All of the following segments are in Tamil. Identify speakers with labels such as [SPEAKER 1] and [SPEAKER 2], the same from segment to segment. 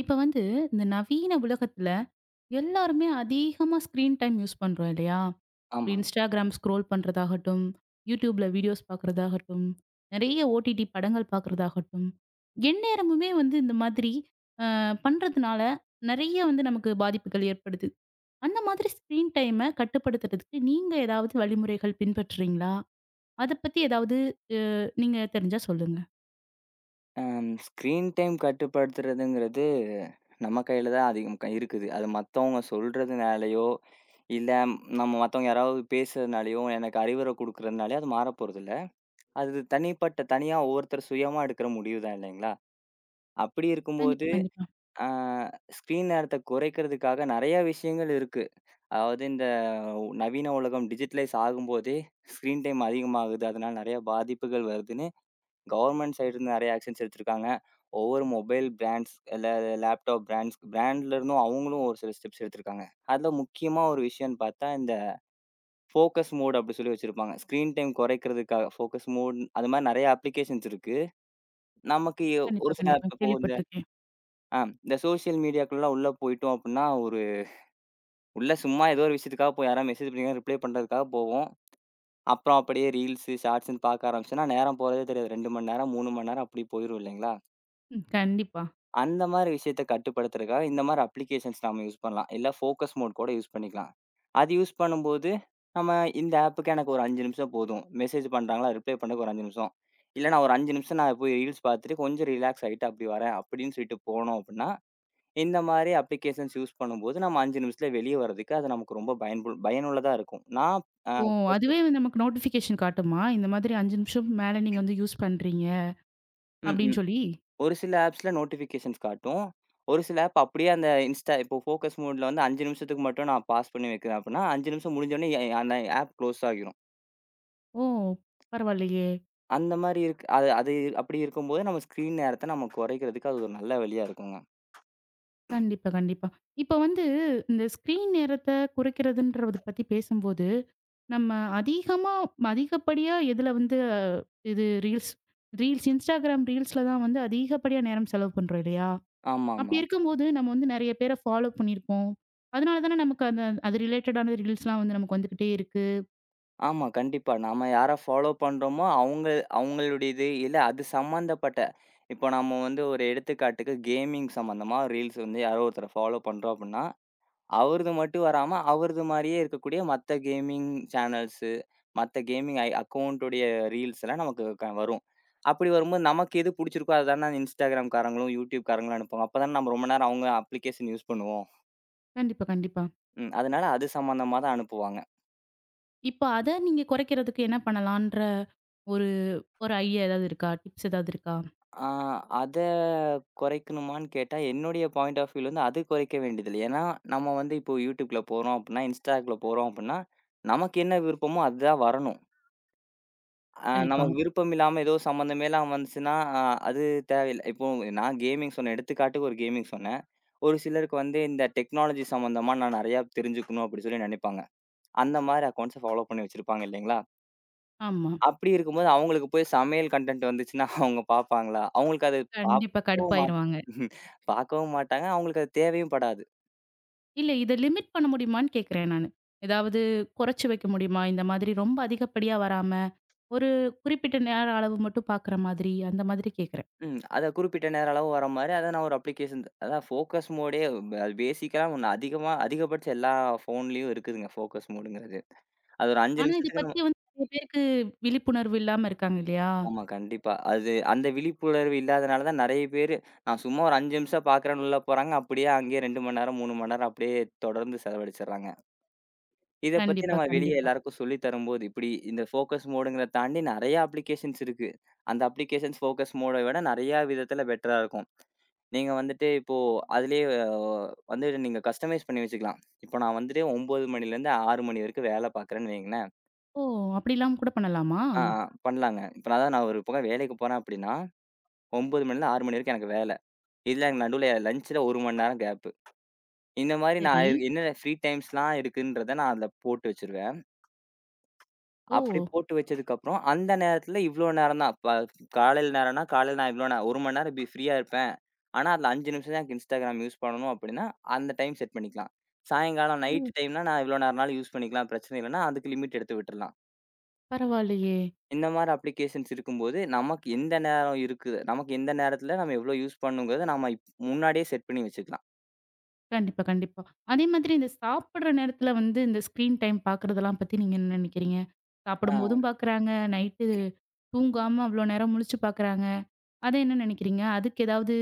[SPEAKER 1] இப்ப வந்து இந்த நவீன உலகத்துல எல்லாருமே அதிகமா ஸ்க்ரீன் டைம் யூஸ் பண்றோம் இல்லையா? ஒரு
[SPEAKER 2] ஆமாங்க.
[SPEAKER 1] இன்ஸ்டாகிராம் ஸ்க்ரோல் பண்றதாகட்டும், யூடியூப்ல வீடியோஸ் பார்க்குறதாகட்டும், நிறைய ஓடிடி படங்கள் பார்க்குறதாகட்டும், எந்நேரமுமே வந்து இந்த மாதிரி அ பண்றதுனால நிறைய வந்து நமக்கு பாதிப்புகள் ஏற்படுது. அந்த மாதிரி ஸ்க்ரீன் டைம கட்டுப்படுத்துறதுக்கு நீங்க ஏதாவது வழிமுறைகள் பின்பற்றுறீங்களா? அத பத்தி ஏதாவது அ நீங்க தெரிஞ்சா சொல்லுங்க.
[SPEAKER 2] ஸ்க்ரீன் டைம் கட்டுப்படுத்துறதுங்கிறது நம்ம கையில தான் அதிகம் இருக்குது. அது மத்தவங்க சொல்றதுனாலயோ, இல்ல நம்ம மத்தவங்க யாராவது பேசுறதுனாலயோ, எனக்கு அறிவுரை குடுக்குறதுனாலயோ அது மாறப்போறதில்ல. அது தனிப்பட்ட தனியா ஒவ்வொருத்தர் சுயமா எடுக்கிற முடிவு தான் இல்லைங்களா? அப்படி
[SPEAKER 1] கண்டிப்பா.
[SPEAKER 2] இருக்கும்போது ம்.
[SPEAKER 1] கண்டிப்பா.
[SPEAKER 2] அ ஸ்க்ரீன் நேரத்த குறைக்கிறதுக்காக நெறைய விஷயங்கள் இருக்கு. அதாவது இந்த நவீன உலகம் டிஜிட்டலைஸ் ஆகும்போதே ஸ்க்ரீன் டைம் அதிகமாகுது. அதனால நெறைய பாதிப்புகள் வருதுன்னு கவர்ன்மென்ட் சைடுலருந்து நெறைய ஆக்ஷன்ஸ் எடுத்திருக்காங்க. ஒவ்வொரு மொபைல் பிராண்ட்ஸ், இல்ல லேப்டாப் பிராண்ட்ஸ் பிராண்ட்ல இருந்தும் அவங்களும் ஒரு சில ஸ்டெப்ஸ் எடுத்திருக்காங்க. அதுல முக்கியமா ஒரு விஷயம்ன்னு பார்த்தா, இந்த ஃபோக்கஸ் மோட் அப்படி சொல்லி வச்சிருப்பாங்க. ஸ்க்ரீன் டைம் குறைக்கிறதுக்காக ஃபோக்கஸ் மோட் அது மாரி நெறைய அப்ளிகேஷன்ஸ் இருக்கு. நமக்கு
[SPEAKER 1] கண்டிப்பா,
[SPEAKER 2] ஒரு சில app
[SPEAKER 1] கண்டிப்பா.
[SPEAKER 2] இப்போ
[SPEAKER 1] கேள்விப்பட்டுருக்கேன்.
[SPEAKER 2] ஆ இந்த சோசியல் மீடியாக்குள்ளலாம் உள்ள போயிட்டோம் அப்படின்னா, ஒரு உள்ள சும்மா ஏதோ ஒரு விஷயத்துக்காக போய் யாராவது மெசேஜ் பண்ணியிருக்காங்கன்னா ரிப்ளை பண்றதுக்காக போவோம். அப்புறம் அப்படியே ரீல்ஸ், ஷார்ட்ஸ்ன்னு பார்க்க ஆரம்பிச்சோம்னா, நேரம் போறதே தெரியாது. 2 மணி நேரம், 3 மணி நேரம் அப்படி போயிரும் இல்லைங்களா?
[SPEAKER 1] ம். கண்டிப்பா.
[SPEAKER 2] அந்த மாரி விஷயத்த கட்டுப்படுத்துறதுக்காக இந்த மாரி அப்ளிகேஷன்ஸ் நாம யூஸ் பண்ணலாம். இல்ல ஃபோக்கஸ் மோட் கூட யூஸ் பண்ணிக்கலாம். அது யூஸ் பண்ணும்போது, நம்ம இந்த ஆப்புக்கு எனக்கு ஒரு 5 நிமிஷம் போதும். மெசேஜ் பண்றாங்களா, ரிப்ளை பண்ணதுக்கு ஒரு 5 நிமிஷம். இல்ல நான் ஒரு 5 நிமிஷம் நான் போய் ரீல்ஸ் பார்த்துட்டு கொஞ்சம் ரிலாக்ஸ் ஆயிட்டு அப்படி வரேன் அப்படின்னு சொல்லிட்டு போனோம் அப்படின்னா, இந்த மாரி அப்ளிகேஷன்ஸ் யூஸ் பண்ணும்போது நம்ம 5 நிமிஷத்துல வெளிய வர்றதுக்கு அது நமக்கு ரொம்ப பயனுள்ளதா இருக்கும். நான் அ
[SPEAKER 1] ஓ!
[SPEAKER 2] பர்சனல்
[SPEAKER 1] அதுவே வந்து நமக்கு நோட்டிஃபிகேஷன் காட்டுமா? இந்த மாதிரி 5 நிமிஷம் மேல நீங்க வந்து யூஸ் பண்றீங்க
[SPEAKER 2] ம்.
[SPEAKER 1] அப்டின்னு
[SPEAKER 2] ம்.
[SPEAKER 1] சொல்லி?
[SPEAKER 2] ஒரு சில ஆப்ஸ்ல நோட்டிஃபிகேஷன்ஸ் காட்டும். ஒரு சில ஆப் அப்படியே அந்த இன்ஸ்டா இப்போ ஃபோக்கஸ் மோட்ல வந்து 5 நிமிஷத்துக்கு மட்டும் நான் பாஸ் பண்ணி வைக்கிறேன் அப்படின்னா, 5 நிமிஷம் முடிஞ்சோனே அந்த ஆப் க்ளோஸ் ஆகிரும்.
[SPEAKER 1] ஓ! பரவாயில்லையே!
[SPEAKER 2] அந்த மாரி இருக்கு. அது அது அப்படி இருக்கும்போது நம்ம ஸ்க்ரீன் நேரத்த நம்ம குறைக்கிறதுக்கு அது ஒரு நல்ல வழியா இருக்குங்க.
[SPEAKER 1] கண்டிப்பா, கண்டிப்பா. இப்ப வந்து இந்த ஸ்க்ரீன் நேரத்த குறைக்கிறதுன்றத பத்தி பேசும்போது, நம்ம அதிகமா அதிகப்படியா எதுல வந்து இது ரீல்ஸ் ரீல்ஸ் Instagram ரீல்ஸ்ல தான் வந்து அதிகப்படியா நேரம் செலவு பண்றோம் இல்லையா?
[SPEAKER 2] ஆமாமா.
[SPEAKER 1] அப்டி
[SPEAKER 2] ஆமா,
[SPEAKER 1] இருக்கும்போது நம்ம வந்து நெறைய பேர ஃபாலோ பண்ணியிருப்போம். அதனால தானே நமக்கு அந்த அது ரிலேட்டடான ரீல்ஸ்லாம் வந்து நமக்கு வந்துகிட்டே இருக்கு.
[SPEAKER 2] ஆமா கண்டிப்பா. நாம யார ஃபாலோ பண்றோமோ அவங்க அவங்களுடையது இல்ல அது சம்மந்தப்பட்ட இப்போ நம்ம வந்து ஒரு எடுத்துக்காட்டுக்கு கேமிங் சம்மந்தமா ரீல்ஸ் வந்து யாரோ ஒருத்தர ஃபாலோ பண்றோம் அப்படின்னா, அவரது மட்டும் வராம, அவரது மாரியே இருக்கக்கூடிய மத்த கேமிங் சேனல்ஸு, மத்த கேமிங் அக்கவுண்ட் உடைய ரீல்ஸ் எல்லாம் நமக்கு வரும். அப்படி வரும்போது நமக்கு எது புடிச்சிருக்கோ அத தான Instagram காரங்களும், YouTube காரங்களும் அனுப்புவாங்க. அப்ப தான நம்ம ரொம்ப நேரம் அவங்க அப்ளிகேஷன் யூஸ் பண்ணுவோம்.
[SPEAKER 1] கண்டிப்பா, கண்டிப்பா.
[SPEAKER 2] ம். அதனால அது சம்மந்தமா தான் அனுப்புவாங்க.
[SPEAKER 1] இப்ப அத நீங்க குறைக்கிறதுக்கு என்ன பண்ணலான்ற ஒரு ஒரு ஐடியா ஏதாவது இருக்கா? டிப்ஸ் ஏதாவது இருக்கா?
[SPEAKER 2] ஆ அத குறைக்கணுமான்னு கேட்டா, என்னுடைய பாயிண்ட் ஆஃப் வியூல வந்து அது குறைக்க வேண்டியதில்ல. ஏன்னா, நம்ம வந்து இப்போ YouTubeல போறோம் அப்டின்னா, Instaல போறோம் அப்டின்னா, நமக்கு என்ன விருப்பமோ அதுதான் வரணும்.
[SPEAKER 1] கண்டிப்பா.
[SPEAKER 2] நமக்கு விருப்பம் இல்லாம ஏதோ சம்மந்தமே இல்லாம வந்துச்சுன்னா, அ அது தேவையில்ல. இப்போ நான் கேமிங் சொன்னேன். எடுத்துக்காட்டுக்கு ஒரு கேமிங் சொன்னேன். ஒரு சிலருக்கு வந்து இந்த டெக்னாலஜி சம்மந்தமா நான் நெறையா தெரிஞ்சுக்கணும் அப்டி சொல்லி நெனைப்பாங்க. அந்த மாரி அக்கவுண்ட்ஸ ஃபாலோ பண்ணி வச்சிருப்பாங்க இல்லைங்களா?
[SPEAKER 1] ஆமா.
[SPEAKER 2] அப்டி இருக்கும்போது அவங்களுக்கு போய் சமையல் கன்டென்ட் வந்துச்சுன்னா அவங்க பார்ப்பாங்களா? அவங்களுக்கு அது
[SPEAKER 1] கண்டிப்பா
[SPEAKER 2] பார்க்கவும் மாட்
[SPEAKER 1] கடுப்பாயிருவாங்க.
[SPEAKER 2] பார்க்கவும் மாட்டாங்க. அவங்களுக்கு அது தேவையும் படாது.
[SPEAKER 1] இல்ல இத லிமிட் பண்ண முடியுமான்னு கேட்கிறேன் நானு. ஏதாவது குறைச்சு வைக்க முடியுமா? இந்த மாதிரி ரொம்ப அதிகப்படியா வராம, ஒரு குறிப்பிட்ட நேர அளவு மட்டும் பார்க்குற மாதிரி, அந்த மாதிரி கேட்கிறேன்.
[SPEAKER 2] ம். அதான் குறிப்பிட்ட நேர அளவு வர மாரி, அத நான் ஒரு அப்ளிகேஷன் அதான் ஃபோக்கஸ் மோடே அது பேசிக்கலா ஒண்ணு அதிகமா அதிகபட்ச எல்லா ஃபோன்லயும் இருக்குதுங்க ஃபோக்கஸ் மோடுங்கிறது. அது ஒரு 5
[SPEAKER 1] ஆனா இத
[SPEAKER 2] நிமிஷத்துக்கு நம்ம
[SPEAKER 1] பத்தி வந்து நிறைய பேருக்கு விழிப்புணர்வு இல்லாம இருக்காங்க இல்லையா?
[SPEAKER 2] ஆமா கண்டிப்பா. அது அந்த விழிப்புணர்வு இல்லாதனால தான் நெறைய பேரு, நான் சும்மா ஒரு 5 நிமிஷம் பார்க்குறேன்னு உள்ள போறாங்க. அப்படியே அங்கேயே 2 மணி நேரம், 3 மணி நேரம் அப்படியே தொடர்ந்து செலவழிச்சர்றாங்க. இத பத்தி
[SPEAKER 1] கண்டிப்பா,
[SPEAKER 2] நம்ம வெளிய
[SPEAKER 1] கண்டிப்பா.
[SPEAKER 2] எல்லாருக்கும் சொல்லி தரும்போது, இப்படி இந்த ஃபோக்கஸ் மோடுங்கிறத தாண்டி நெறைய அப்ளிகேஷன்ஸ் இருக்கு. அந்த அப்ளிகேஷன்ஸ் ஃபோக்கஸ் மோட விட நெறையா விதத்துல பெட்டரா இருக்கும். நீங்க வந்துட்டு இப்போ அதிலேயே வந்து நீங்க கஸ்டமைஸ் பண்ணி வச்சுக்கலாம். இப்போ நான் வந்துட்டு 9 மணிலேருந்து 6 மணி வரைக்கும் வேலை பார்க்குறேன்னு வையுங்களேன்.
[SPEAKER 1] ஓ! அப்படிலாம் கூட பண்ணலாமா?
[SPEAKER 2] ஆ, ஆ பண்ணலாங்க. இப்போ அதான் நான் ஒரு பக்கம் வேலைக்கு போறேன் அப்படின்னா, 9 மணிலேருந்து 6 மணி வரைக்கும் எனக்கு வேலை. இதுல எனக்கு நடுவுல லஞ்ச்ல 1 மணி நேரம் கேப்பு. இந்த மாரி நான்
[SPEAKER 1] சரி.
[SPEAKER 2] என்ன ஃப்ரீ டைம்ஸ்லாம் இருக்குன்றத நான் அதில போட்டு வச்சுருவேன்.
[SPEAKER 1] ஓ!
[SPEAKER 2] அப்படி போட்டு வச்சதுக்கப்புறம், அந்த நேரத்துல இவ்ளோ நேரம் தான். காலையில நேரம்னா, காலையில நான் இவ்ளோ நேரம் 1 மணி நேரம் இப்படி ஃப்ரீயா இருப்பேன். ஆனா, அதுல 5 நிமிஷம் தான் எனக்கு Instagram யூஸ் பண்ணணும் அப்படின்னா, அந்த டைம் செட் பண்ணிக்கலாம். சாயங்காலம்
[SPEAKER 1] ஓ!
[SPEAKER 2] நைட் டைம்னா நான் இவ்ளோ நேரம்னாலும் யூஸ் பண்ணிக்கலாம். பிரச்சனை இல்லன்னா, அதுக்கு லிமிட் எடுத்து விட்டுறலாம்.
[SPEAKER 1] பரவாயில்லையே!
[SPEAKER 2] இந்த மாரி அப்ளிகேஷன்ஸ் இருக்கும்போது, நமக்கு எந்த நேரம் இருக்குது, நமக்கு எந்த நேரத்துல நம்ம எவ்ளோ யூஸ் பண்ணணுங்கிறத நம்ம முன்னாடியே செட் பண்ணி வச்சுக்கலாம்.
[SPEAKER 1] கண்டிப்பா, கண்டிப்பா. அதே மாதிரி இந்த சாப்பிடுற நேரத்துல வந்து இந்த ஸ்க்ரீன் டைம் பார்க்குறதெல்லாம் பத்தி நீங்க என்ன நினைக்கிறீங்க?
[SPEAKER 2] ஆ.
[SPEAKER 1] சாப்பிடும்போதும் பார்க்குறாங்க, நைட்டு தூங்காம அவ்ளோ நேரம் முழிச்சு பார்க்குறாங்க. அத என்ன நினைக்கிறீங்க? அதுக்கு ஏதாவது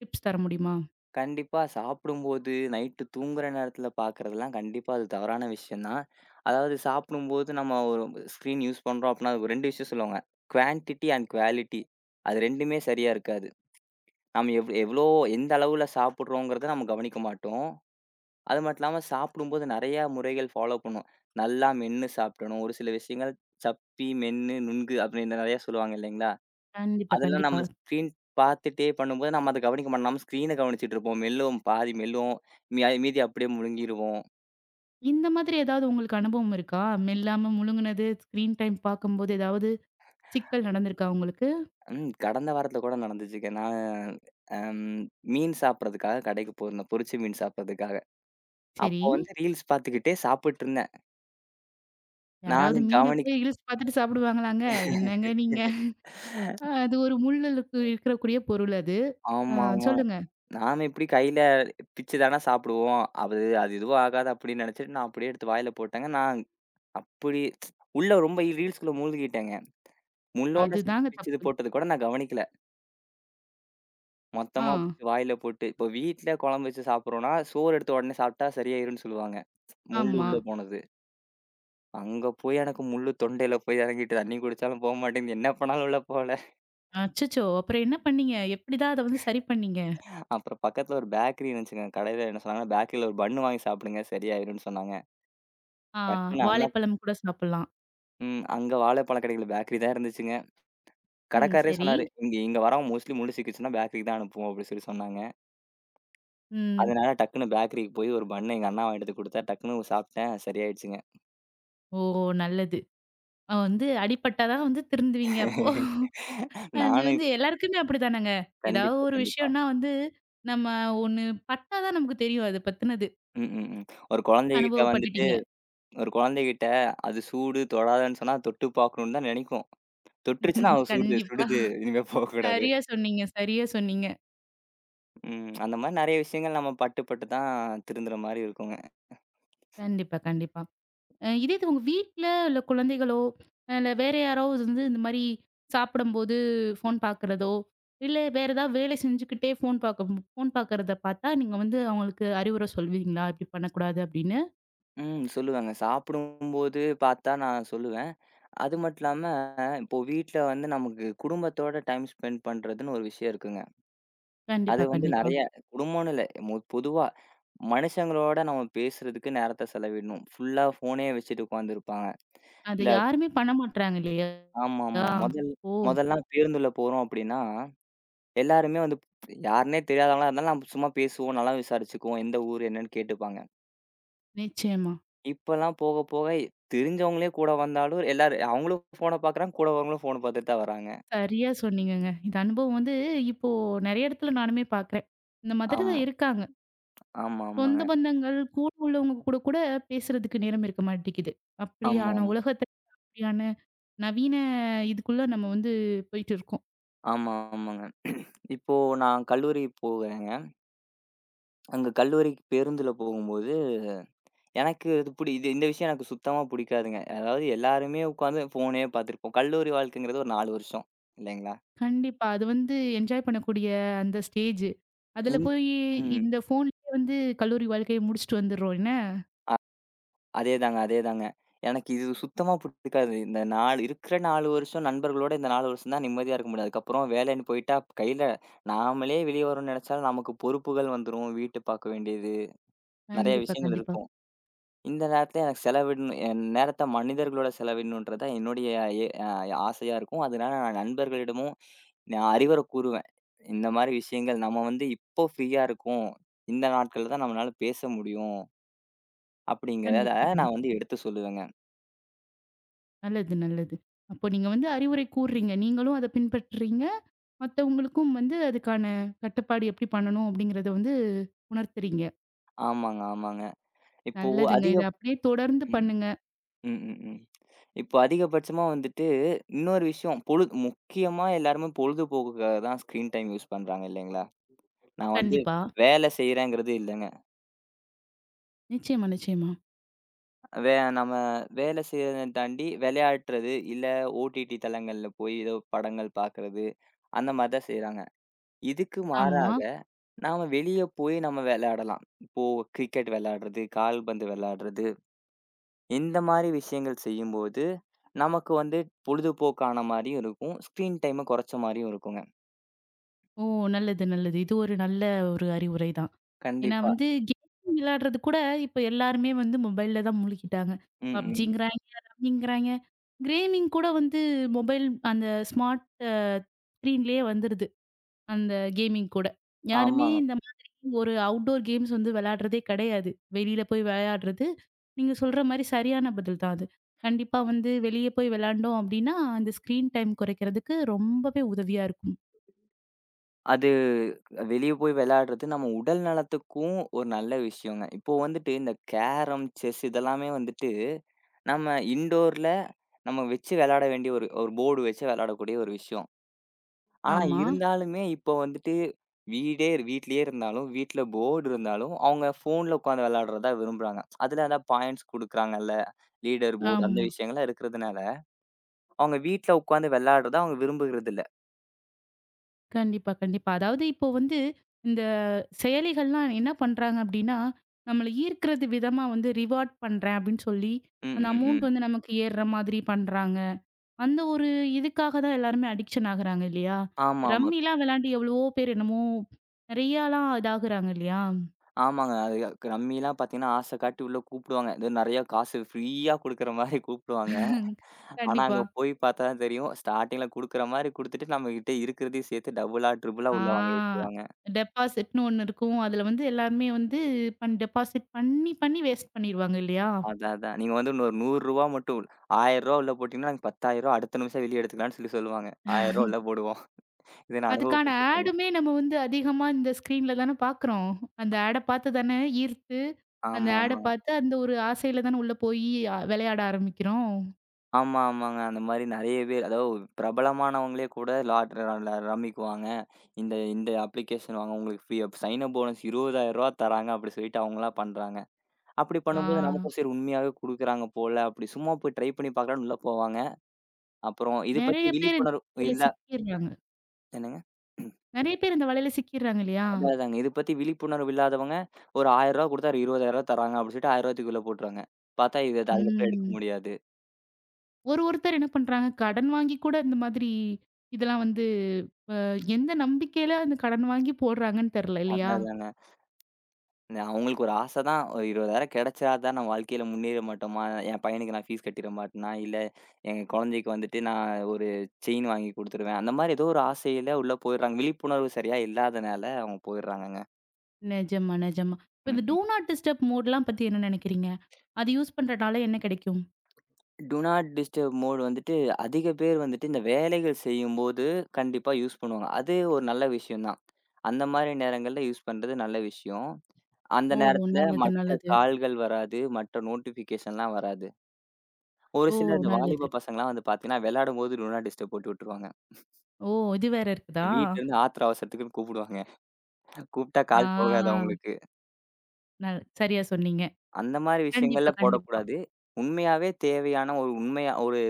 [SPEAKER 1] டிப்ஸ் தர முடியுமா?
[SPEAKER 2] கண்டிப்பா. சாப்பிடும்போது நைட்டு தூங்குற நேரத்தில பார்க்குறதெல்லாம் கண்டிப்பா அது தவறான விஷயம் தான். அதாவது சாப்பிடும்போது நம்ம ஒரு ஸ்க்ரீன் யூஸ் பண்றோம் அப்டின்னா, அது 2 விஷயம் சொல்லுவாங்க. Quantity and quality. அது 2மே சரியா இருக்காது. நம்ம எவ்ளோ எந்த அளவுல சாப்பிடுறோங்கிறத நம்ம கவனிக்க மாட்டோம். அது மட்டும் இல்லாம சாப்பிடும்போது நெறையா முறைகள் ஃபாலோ பண்ணுவோம். நல்லா மென்னு சாப்பிடணும். ஒரு சில விஷயங்கள் சப்பி, மென்னு, நுண்கு அப்டின்னு நெறையா சொல்லுவாங்க இல்லைங்களா?
[SPEAKER 1] கண்டிப்பா,
[SPEAKER 2] அதெல்லாம் நம்ம
[SPEAKER 1] கண்டிப்பா.
[SPEAKER 2] ஸ்க்ரீன் பார்த்துட்டே பண்ணும்போது, நம்ம அத கவனிக்க மாட்டோம். நம்ம ஸ்க்ரீன கவனிச்சுட்டு இருப்போம். மெல்லுவோம், பாதி மெல்லுவோம். மீதி அப்படியே முழுங்கிருவோம்.
[SPEAKER 1] இந்த மாதிரி ஏதாவது உங்களுக்கு அனுபவம் இருக்கா? மெல்லாம முழுங்குனது, ஸ்க்ரீன் டைம் பார்க்கும்போது ஏதாவது சிக்கல் நடந்திருக்கா உங்களுக்கு?
[SPEAKER 2] கடந்த வாரத்துல கூட நடந்துச்சுங்க. நான் அம் மீன் சாப்பிடுறதுக்காக கடைக்கு போயிருந்தேன். பொரிச்ச மீன் சாப்பிடுறதுக்காக.
[SPEAKER 1] சரி.
[SPEAKER 2] அப்போ வந்து ரீல்ஸ் பார்த்துக்கிட்டே சாப்பிட்டுருந்தேன். நானு
[SPEAKER 1] யாராவது மீன போய் ரீல்ஸ் பார்த்துட்டு சாப்பிடுவாங்களாங்க?
[SPEAKER 2] ஆமாமா.
[SPEAKER 1] என்னங்க நீங்க? அது ஒரு முள்ளலுக்கு இருக்கக்கூடிய பொருள் அது. சொல்லுங்க.
[SPEAKER 2] நாம எப்படி கையில பிச்சு தான சாப்பிடுவோம். அது அது எதுவும் ஆகாது அப்படின்னு நினைச்சுட்டு, நான் அப்படியே எடுத்து வாயில போட்டேங்க. நான் அப்படி உள்ள ரொம்ப ரீல்ஸ்குள்ள மூழ்கிட்டேங்க. முள்ளோட சேர்த்து
[SPEAKER 1] அதுதாங்க
[SPEAKER 2] பிச்சு இது
[SPEAKER 1] தப்பு.
[SPEAKER 2] போட்டது கூட நான் கவனிக்கல.
[SPEAKER 1] ஆ,
[SPEAKER 2] மொத்தமா பிச்சு வாயில போட்டு இப்போ வீட்ல குழம்பு வச்சு சாப்பிடுறோம்னா, சோறு எடுத்த உடனே சாப்பிட்டா சரியாயிரும்ன்னு சொல்லுவாங்க. முள்ளு
[SPEAKER 1] ஆமா.
[SPEAKER 2] உள்ள போனது. அங்க போய் எனக்கு முள்ளு தொண்டையில போய் இறங்கிட்டு தண்ணி குடிச்சாலும் போ மாட்டேங்குது. என்ன பண்ணாலும் உள்ள போல.
[SPEAKER 1] அச்சச்சோ! அப்புறம் என்ன பண்ணீங்க? எப்படிதான் அத வந்து சரி பண்ணீங்க?
[SPEAKER 2] அப்புறம் பக்கத்துல ஒரு பேக்கரி இருந்துச்சுங்க. கடையில என்ன சொன்னாங்கன்னா, பேக்கரியில ஒரு பன் வாங்கி சாப்பிடுங்க சரியாயிரும்ன்னு சொன்னாங்க.
[SPEAKER 1] ஆ,
[SPEAKER 2] டக்குன்னு அண்ணா
[SPEAKER 1] வாழைப்பழம் கூட சாப்பிடலாம்.
[SPEAKER 2] அங்க வாழைப்பழ கடையில பேக்கரி தான் இருந்துச்சுங்க.
[SPEAKER 1] ம்.
[SPEAKER 2] கடைக்காரரே
[SPEAKER 1] சரி.
[SPEAKER 2] சொன்னாரு, "இங்க இங்க வரவங்க மோஸ்ட்லி முள்ளு சிக்கிச்சுன்னா பேக்கரிக்கு தான் அனுப்புவோம்." அப்படின்னு சொல்லி சொன்னாங்க.
[SPEAKER 1] ம்.
[SPEAKER 2] அதனால டக்குன்னு பேக்கரிக்கு போய் ஒரு பன் எங்க அண்ணா வாங்கிட்டு வந்து குடுத்தார். டக்குன்னு சாப்பிட்டேன் சரியாயிடுச்சுங்க.
[SPEAKER 1] ஓ! நல்லது. வந்து அடிபட்டா தான் வந்து திருந்துவீங்க அப்போ. அது
[SPEAKER 2] நானும்
[SPEAKER 1] வந்து எல்லாருக்குமே அப்படித்தானங்க. ஏதாவது
[SPEAKER 2] கண்டிப்பா,
[SPEAKER 1] ஒரு
[SPEAKER 2] கண்டிப்பா.
[SPEAKER 1] விஷயம்னா வந்து நம்ம ஒண்ணு பட்டா தான் நமக்கு தெரியும் அது பத்தினது.
[SPEAKER 2] ம், ம், ம். ஒரு குழந்தைகிட்ட வந்துட்டு
[SPEAKER 1] அனுபவப்பட்டுட்டீங்க.
[SPEAKER 2] ஒரு குழந்தைகிட்ட அது சூடு, தொடாதன்னு சொன்னா தொட்டு பார்க்கணும்னு தான் நினைக்கும். தொட்டுருச்சுன்னா, ஆமா. அவ சுடுது,
[SPEAKER 1] கண்டிப்பா.
[SPEAKER 2] சுடுது. இனிமே போக்கூடாது.
[SPEAKER 1] சரியா சொன்னீங்க, சரியா சொன்னீங்க.
[SPEAKER 2] ம். அந்த மாரி நெறைய விஷயங்கள் நம்ம பட்டு, பட்டு தான் திருந்துற மாரி இருக்குங்க.
[SPEAKER 1] கண்டிப்பா, கண்டிப்பா. இதே இது உங்க வீட்ல இல்ல குழந்தைகளோ, இல்ல வேற யாரோ வந்து இந்த மாரி சாப்பிடும்போது ஃபோன் பார்க்குறதோ, இல்ல வேற ஏதாவது வேலை செஞ்சுக்கிட்டே ஃபோன் பார்க்கறத பார்த்தா நீங்க வந்து அவங்களுக்கு அறிவுரை சொல்வீங்களா? இப்படி பண்ணக்கூடாது அப்படின்னு?
[SPEAKER 2] ம். சொல்லுவேங்க. சாப்பிடும்போது பார்த்தா நான் சொல்லுவேன். அது மட்டும் இல்லாம இப்போ வீட்ல வந்து நமக்கு குடும்பத்தோட டைம் ஸ்பெண்ட் பண்றதுன்னு ஒரு விஷயம் இருக்குங்க. அது
[SPEAKER 1] கண்டிப்பா,
[SPEAKER 2] வந்து
[SPEAKER 1] கண்டிப்பா.
[SPEAKER 2] நெறைய குடும்பம்னு இல்ல. பொதுவா மனுஷங்களோட நம்ம பேசுறதுக்கு நேரத்த செலவிடணும். ஃபுல்லா ஃபோனே வச்சுட்டு உட்காந்துருப்பாங்க.
[SPEAKER 1] அது
[SPEAKER 2] இந்த
[SPEAKER 1] யாருமே பண்ண மாட்றாங்க இல்லையா?
[SPEAKER 2] ஆமாமா. முதல்
[SPEAKER 1] ஓ!
[SPEAKER 2] முதல்லாம் பேருந்துல போறோம் அப்டின்னா, எல்லாருமே வந்து யாருன்னே தெரியாதவங்களா இருந்தாலும் நம்ம சும்மா பேசுவோம், நலம் விசாரிச்சுக்குவோம். எந்த ஊர் என்னன்னு கேட்டுப்பாங்க.
[SPEAKER 1] நிச்சயமா.
[SPEAKER 2] இப்பலாம் போக போக தெரிஞ்சவங்களே கூட வந்தாலும் எல்லாரும் அவங்களும் ஃபோன பார்க்குறாங்க. கூட வரவங்களும் ஃபோன பார்த்துட்டு தான் வராங்க.
[SPEAKER 1] சரியா சொன்னீங்கங்க. இந்த அனுபவம் வந்து இப்போ நெறைய இடத்துல நானுமே பார்க்குறேன். இந்த மாதிரி
[SPEAKER 2] ஆமா.
[SPEAKER 1] தான் இருக்காங்க.
[SPEAKER 2] ஆமாமாங்க.
[SPEAKER 1] சொந்த பந்தங்கள், கூட உள்ளவங்க கூட கூட பேசுறதுக்கு நேரம் இருக்க மாட்டேங்குது. அப்படியான
[SPEAKER 2] ஆமாமா.
[SPEAKER 1] உலகத்த அப்படியான நவீன இதுக்குள்ள நம்ம வந்து போயிட்டு இருக்கோம்.
[SPEAKER 2] ஆமா, ஆமா ஆமா ஆமாங்க. இப்போ நான் கல்லூரி போவேன். அங்க கல்லூரிக்கு பேருந்துல போகும்போது, எனக்கு இது இந்த விஷயம் எனக்கு சுத்தமா புடிக்காதுங்க. அதாவது எல்லாருமே உட்காந்து ஃபோனே பார்த்துருப்போம். கல்லூரி வாழ்க்கைங்கிறது ஒரு 4 வருஷம் இல்லைங்களா?
[SPEAKER 1] கண்டிப்பா. அது வந்து என்ஜாய் பண்ணக்கூடிய அந்த ஸ்டேஜ். அதுல
[SPEAKER 2] ம்.
[SPEAKER 1] போய்
[SPEAKER 2] ம்.
[SPEAKER 1] இந்த ஃபோன்லயே வந்து கல்லூரி வாழ்க்கைய முடிச்சுட்டு வந்துடுறோம் என்ன?
[SPEAKER 2] அ அதேதாங்க, அதேதாங்க. எனக்கு இது சுத்தமா புடிக்காது. இந்த 4 இருக்கிற 4 வருஷம் நண்பர்களோட இந்த 4 வருஷம் தான் நிம்மதியா இருக்க முடியும். அதுக்கப்புறம் வேலைன்னு போயிட்டா கையில நாமளே வெளிய வரோம்னு நெனச்சாலும் நமக்கு பொறுப்புகள் வந்துரும். வீட்டு பார்க்க வேண்டியது, நெறைய
[SPEAKER 1] கண்டிப்பா,
[SPEAKER 2] விஷயங்கள்
[SPEAKER 1] கண்டிப்பா.
[SPEAKER 2] இருக்கும். இந்த நேரத்துல எனக்கு செலவிடணும் என் நேரத்த மனிதர்களோட செலவிடணுன்றது தான் என்னுடைய எ அ ஆசையா இருக்கும். அதனால நான் நண்பர்களிடமும் நான் அறிவுர கூறுவேன். இந்த மாரி விஷயங்கள் நம்ம வந்து இப்போ ஃப்ரீயா இருக்கோம். இந்த நாட்கள்ல தான் நம்மளால பேச முடியும். அப்படிங்கிறத
[SPEAKER 1] கண்டிப்பா,
[SPEAKER 2] ம். நான்
[SPEAKER 1] கண்டிப்பா.
[SPEAKER 2] வந்து எடுத்து சொல்லுவேங்க.
[SPEAKER 1] நல்லது, நல்லது. அப்போ நீங்க வந்து அறிவுரை கூர்றீங்க. நீங்களும் அத பின்பற்றுறீங்க. மத்தவங்களுக்கும் வந்து அதுக்கான கட்டுப்பாடு எப்படி பண்ணணும் அப்படிங்கிறத வந்து உணர்த்துறீங்க.
[SPEAKER 2] ஆமாங்க, ஆமாங்க. இப்போ
[SPEAKER 1] நல்லதுங்க.
[SPEAKER 2] அதிக
[SPEAKER 1] இத அப்படியே தொடர்ந்து
[SPEAKER 2] ம்.
[SPEAKER 1] பண்ணுங்க.
[SPEAKER 2] ம், ம், ம். இப்போ அதிகபட்சமா வந்துட்டு இன்னொரு விஷயம் பொழுது முக்கியமா எல்லாருமே பொழுதுபோக்குக்காக தான் ஸ்க்ரீன் டைம் யூஸ் பண்றாங்க இல்லைங்களா? நான் வந்து
[SPEAKER 1] கண்டிப்பா.
[SPEAKER 2] வேலை செய்றேங்கிறது இல்லங்க.
[SPEAKER 1] நிச்சயமா, நிச்சயமா.
[SPEAKER 2] நம்ம வேல செய்றத தாண்டி விளையாடுறது, இல்ல ஓடிடி தளங்கள்ல போய் ஏதோ படங்கள் பார்க்குறது, அந்த மாரி தான் செய்றாங்க. இதுக்கு
[SPEAKER 1] ஆமா.
[SPEAKER 2] மாறாக நாம வெளிய போய் நம்ம விளையாடலாம். இப்போ கிரிக்கெட் விளையாடுறது, கால்பந்து விளையாடுறது, இந்த மாரி விஷயங்கள் செய்யும்போது, நமக்கு வந்து பொழுதுபோக்கான மாரியும் இருக்கும். ஸ்க்ரீன் டைம குறைச்ச மாரியும் இருக்குங்க.
[SPEAKER 1] ஓ! நல்லது, நல்லது. இது ஒரு நல்ல ஒரு அறிவுரை தான். ஏன்னா
[SPEAKER 2] கண்டிப்பா.
[SPEAKER 1] வந்து கேம் விளையாடுறது கூட இப்ப எல்லாருமே வந்து மொபைல்ல தான் முழுகிட்டாங்க.
[SPEAKER 2] ம், ம். ம்.
[SPEAKER 1] பப்ஜிங்கிறாய்ங்க, ரம்மிங்கிறாய்ங்க. கிரேமிங் கூட வந்து மொபைல் அந்த ஸ்மார்ட் அ ஸ்க்ரீன்லயே வந்துருது. அந்த கேமிங் கூட. யாருமே
[SPEAKER 2] ஆமாங்க.
[SPEAKER 1] இந்த மாதிரி ஒரு அவுட்டோர் கேம்ஸ் வந்து விளையாடுறதே கிடையாது. வெளியில போய் விளையாடுறது, நீங்க சொல்ற மாரி சரியான பதில் தான் அது. கண்டிப்பா வந்து வெளிய போய் விளையாண்டோம் அப்டின்னா, அந்த ஸ்க்ரீன் டைம் குறைக்கிறதுக்கு ரொம்பவே உதவியா இருக்கும்.
[SPEAKER 2] அது வெளிய போய் விளையாடுறது நம்ம உடல் நலத்துக்கும் ஒரு நல்ல விஷயங்க. இப்போ வந்துட்டு இந்த கேரம், செஸ் இதெல்லாமே வந்துட்டு நம்ம இன்டோர்ல நம்ம வச்சு விளையாட வேண்டிய ஒரு ஒரு போர்டு வச்சு விளையாடக்கூடிய ஒரு விஷயம். ஆனா
[SPEAKER 1] ஆமா,
[SPEAKER 2] இருந்தாலுமே இப்போ வந்துட்டு வீட்லயே இருந்தாலும், வீட்ல போர்டு இருந்தாலும் அவங்க ஃபோன்ல உட்காந்து விளையாடுறது தான் விரும்புறாங்க. அதுல அந்த பாயிண்ட்ஸ் குடுக்குறாங்கல்ல, லீடர் போர்டு அந்த
[SPEAKER 1] ஆமா.
[SPEAKER 2] விஷயங்கள்லாம் இருக்கிறதுனால அவங்க வீட்ல உட்காந்து விளையாடுறத அவங்க விரும்புறதில்ல.
[SPEAKER 1] கண்டிப்பா, கண்டிப்பா. அதாவது இப்போ வந்து இந்த செயலிகள்லாம் என்ன பண்றாங்க அப்டின்னா, நம்மள ஈர்க்கிறது விதமா வந்து ரிவார்ட் பண்றேன் அப்டின்னு சொல்லி,
[SPEAKER 2] ம்,
[SPEAKER 1] அந்த
[SPEAKER 2] ம்,
[SPEAKER 1] அமௌண்ட்
[SPEAKER 2] ம்.
[SPEAKER 1] வந்து நமக்கு ஏறுற மாதிரி பண்றாங்க. அந்த ஒரு இதுக்காக தான் எல்லாருமே அடிக்ஷன் ஆகுறாங்க இல்லையா?
[SPEAKER 2] ஆமாமா.
[SPEAKER 1] ரம்மிலாம் விளையாண்டு எவ்வளவோ பேர் என்னமோ நெறையாலாம் இதாகுறாங்க இல்லையா?
[SPEAKER 2] ஆமாங்க. அது ரம்மிலாம் பார்த்தீங்கன்னா, ஆசை காட்டி உள்ள கூப்புடுவாங்க. ஏதோ நெறையா காசு ஃப்ரீயா குடுக்குற மாரி கூப்புடுவாங்க. ஆனா,
[SPEAKER 1] கண்டிப்பா.
[SPEAKER 2] அங்க போய் பார்த்தா தான் தெரியும். ஸ்டார்ட்டிங்ல குடுக்குற மாரி குடுத்துட்டு, நம்மகிட்ட இருக்கிறதையும் சேர்த்து டபுளா, ட்ரிபிளா
[SPEAKER 1] ஆ
[SPEAKER 2] உள்ள வாங்கி வச்சுருவாங்க.
[SPEAKER 1] டெபாசிட்ன்னு ஒண்ணு இருக்கும். அதுல வந்து எல்லாருமே வந்து டெபாசிட் பண்ணி, பண்ணி வேஸ்ட் பண்ணிருவாங்க இல்லையா?
[SPEAKER 2] அதான், அதான். நீங்க வந்து இன்னொரு ரூ. 100 மட்டும் ரூ. 1000 உள்ள போட்டீங்கன்னா, நாங்க ரூ. 10,000 அடுத்த நிமிஷம் வெளிய எடுத்துக்கலாம்ன்னு சொல்லி சொல்லுவாங்க. ரூ. 1000 உள்ள போடுவோம். இத நான்
[SPEAKER 1] அதுக்கான
[SPEAKER 2] அனுபவப்பட்டுருக்கேங்க.
[SPEAKER 1] ஆடுமே நம்ம வந்து அதிகமா இந்த ஸ்க்ரீன்ல தான பார்க்குறோம். அந்த ஆட பார்த்து தானே ஈர்த்து, அந்த ஆட
[SPEAKER 2] ஆமாமா.
[SPEAKER 1] பார்த்து அந்த ஒரு ஆசையில தானே உள்ள போயி விளையாட ஆரம்பிக்கிறோம்.
[SPEAKER 2] ஆமா, ஆமாங்க. அந்த மாரி நெறைய பேர் அதாவது பிரபலமானவங்களே கூட லாட் ர ல ரம்மிக்குவாங்க. இந்த இந்த அப்ளிகேஷன் வாங்க உங்களுக்கு free up sign up bonus ரூ. 20,000 தராங்க அப்டி சொல்லிட்டு அவங்கலாம் பண்றாங்க. அப்டி
[SPEAKER 1] ஆ
[SPEAKER 2] பண்ணும்போது நமக்கும் சரி உண்மையாவே குடுக்குறாங்க போல அப்டி சும்மா போய் ட்ரை பண்ணி பார்க்கலாம்னு உள்ள போவாங்க. அப்புறம் இது பத்தி
[SPEAKER 1] நெறைய பேர் இந்த
[SPEAKER 2] விழிப்புணர்வு
[SPEAKER 1] வலையில
[SPEAKER 2] இல்ல
[SPEAKER 1] சிக்கிர்றாங்க.
[SPEAKER 2] என்னங்க? ம்,
[SPEAKER 1] நெறைய பேர் இந்த வலையில சிக்கிர்றாங்க இல்லையா?
[SPEAKER 2] அதான் அதாங்க. இது பத்தி விழிப்புணர்வு இல்லாதவங்க ஒரு ரூ. 1,000 குடுத்தா ரூ. 20,000 தராங்க அப்டி சொல்லிட்டு ரூ. 1,000 தூக்கி உள்ள போட்டுருவாங்க. பார்த்தா இது அதுக்கப்புறம் எடுக்க
[SPEAKER 1] ம்.
[SPEAKER 2] முடியாது.
[SPEAKER 1] ஒரு ஒருத்தர் என்ன பண்றாங்க, கடன் வாங்கி கூட இந்த மாதிரி இதெல்லாம் வந்து எந்த நம்பிக்கையில அந்த கடன் வாங்கி போடுறாங்கன்னு தெர்ல இல்லையா?
[SPEAKER 2] அதான் அதாங்க. அவங்களுக்கு ஒரு ஆசை தான். ஒரு 20,000 கிடைச்சா தான் நான் வாழ்க்கையில முன்னேற மாட்டோமா? என் பையனுக்கு நான் ஃபீஸ் கட்டிற மாட்டேனா? இல்ல என் குழந்தைக்கு வந்துட்டு நான் ஒரு செயின் வாங்கி குடுத்துருவேன். அந்த மாரி ஏதோ ஒரு ஆசையில உள்ள போயிடுறாங்க. விழிப்புணர்வு சரியா இல்லாதனால அவங்க போயிடுறாங்கங்க.
[SPEAKER 1] நிஜமா, நிஜமா. இப்ப
[SPEAKER 2] ம்,
[SPEAKER 1] இந்த டூ
[SPEAKER 2] ம்.
[SPEAKER 1] நாட் டிஸ்டர்ப் மோட்லாம் பத்தி என்ன நெனைக்கிறீங்க? அது யூஸ் பண்றனால என்ன கிடைக்கும்?
[SPEAKER 2] டூ நாட் டிஸ்டர்ப் மோட் வந்துட்டு அதிக பேர் வந்துட்டு இந்த வேலைகள் செய்யும்போது கண்டிப்பா யூஸ் பண்ணுவாங்க. அது ஒரு நல்ல விஷயம் தான். அந்த மாரி நேரங்கள்ல யூஸ் பண்றது நல்ல விஷயம். அந்த
[SPEAKER 1] ஓ!
[SPEAKER 2] நேரத்துல
[SPEAKER 1] நல்லது,
[SPEAKER 2] மற்ற
[SPEAKER 1] நல்லது.
[SPEAKER 2] கால்கள் வராது. மற்ற நோட்டிஃபிகேஷன்லாம் வராது. ஒரு
[SPEAKER 1] ஓ!
[SPEAKER 2] சில இந்த
[SPEAKER 1] நல்லது.
[SPEAKER 2] வாலிப பசங்கலாம் வந்து பார்த்தீங்கன்னா, விளையாடும்போது டூ நாட் டிஸ்டர்ப் போட்டு விட்டுருவாங்க.
[SPEAKER 1] ஓ! இது வேற இருக்குதா?
[SPEAKER 2] வீட்லருந்து ஆத்திர அவசரத்துக்குன்னு கூப்பிடுவாங்க. கூப்பிட்டா கால் போகாது
[SPEAKER 1] ஆ
[SPEAKER 2] அவங்களுக்கு.
[SPEAKER 1] சரியா சொன்னீங்க.
[SPEAKER 2] அந்த மாரி
[SPEAKER 1] கண்டிப்பா,
[SPEAKER 2] விஷயங்கள்ல
[SPEAKER 1] கண்டிப்பா.
[SPEAKER 2] போடக்கூடாது. உண்மையாவே தேவையான ஒரு உண்மையா ஒரு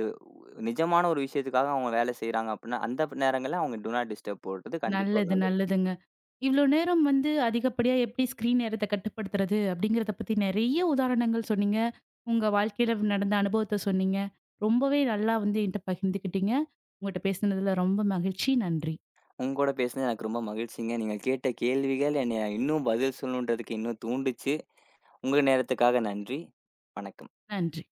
[SPEAKER 2] நிஜமான ஒரு விஷயத்துக்காக அவங்க வேலை செய்றாங்க அப்டின்னா, அந்த நேரங்கள்ல அவங்க டூ நாட் டிஸ்டர்ப் போடுறது கண்டிப்பா ஒரு
[SPEAKER 1] நல்லது,
[SPEAKER 2] நல்ல விஷயம்.
[SPEAKER 1] நல்லதுங்க. இவ்ளோ நேரம் வந்து அதிகப்படியா எப்படி ஸ்க்ரீன் நேரத்த கட்டுப்படுத்துறது அப்படிங்கிறத பத்தி நெறைய உதாரணங்கள் சொன்னீங்க. உங்க வாழ்க்கையில நடந்த அனுபவத்த சொன்னீங்க. ரொம்பவே நல்லா வந்து என்ட்ட பகிர்ந்துக்கிட்டீங்க. உங்கட்ட பேசினதுல ரொம்ப மகிழ்ச்சி. நன்றி.
[SPEAKER 2] உங்க கூட பேசினது எனக்கு ரொம்ப மகிழ்ச்சிங்க. நீங்க கேட்ட கேள்விகள் என்னைய இன்னும் பதில் சொல்லணுன்றதுக்கு இன்னும் தூண்டுச்சு. உங்க நேரத்துக்காக நன்றி. வணக்கம். ம்.
[SPEAKER 1] நன்றி.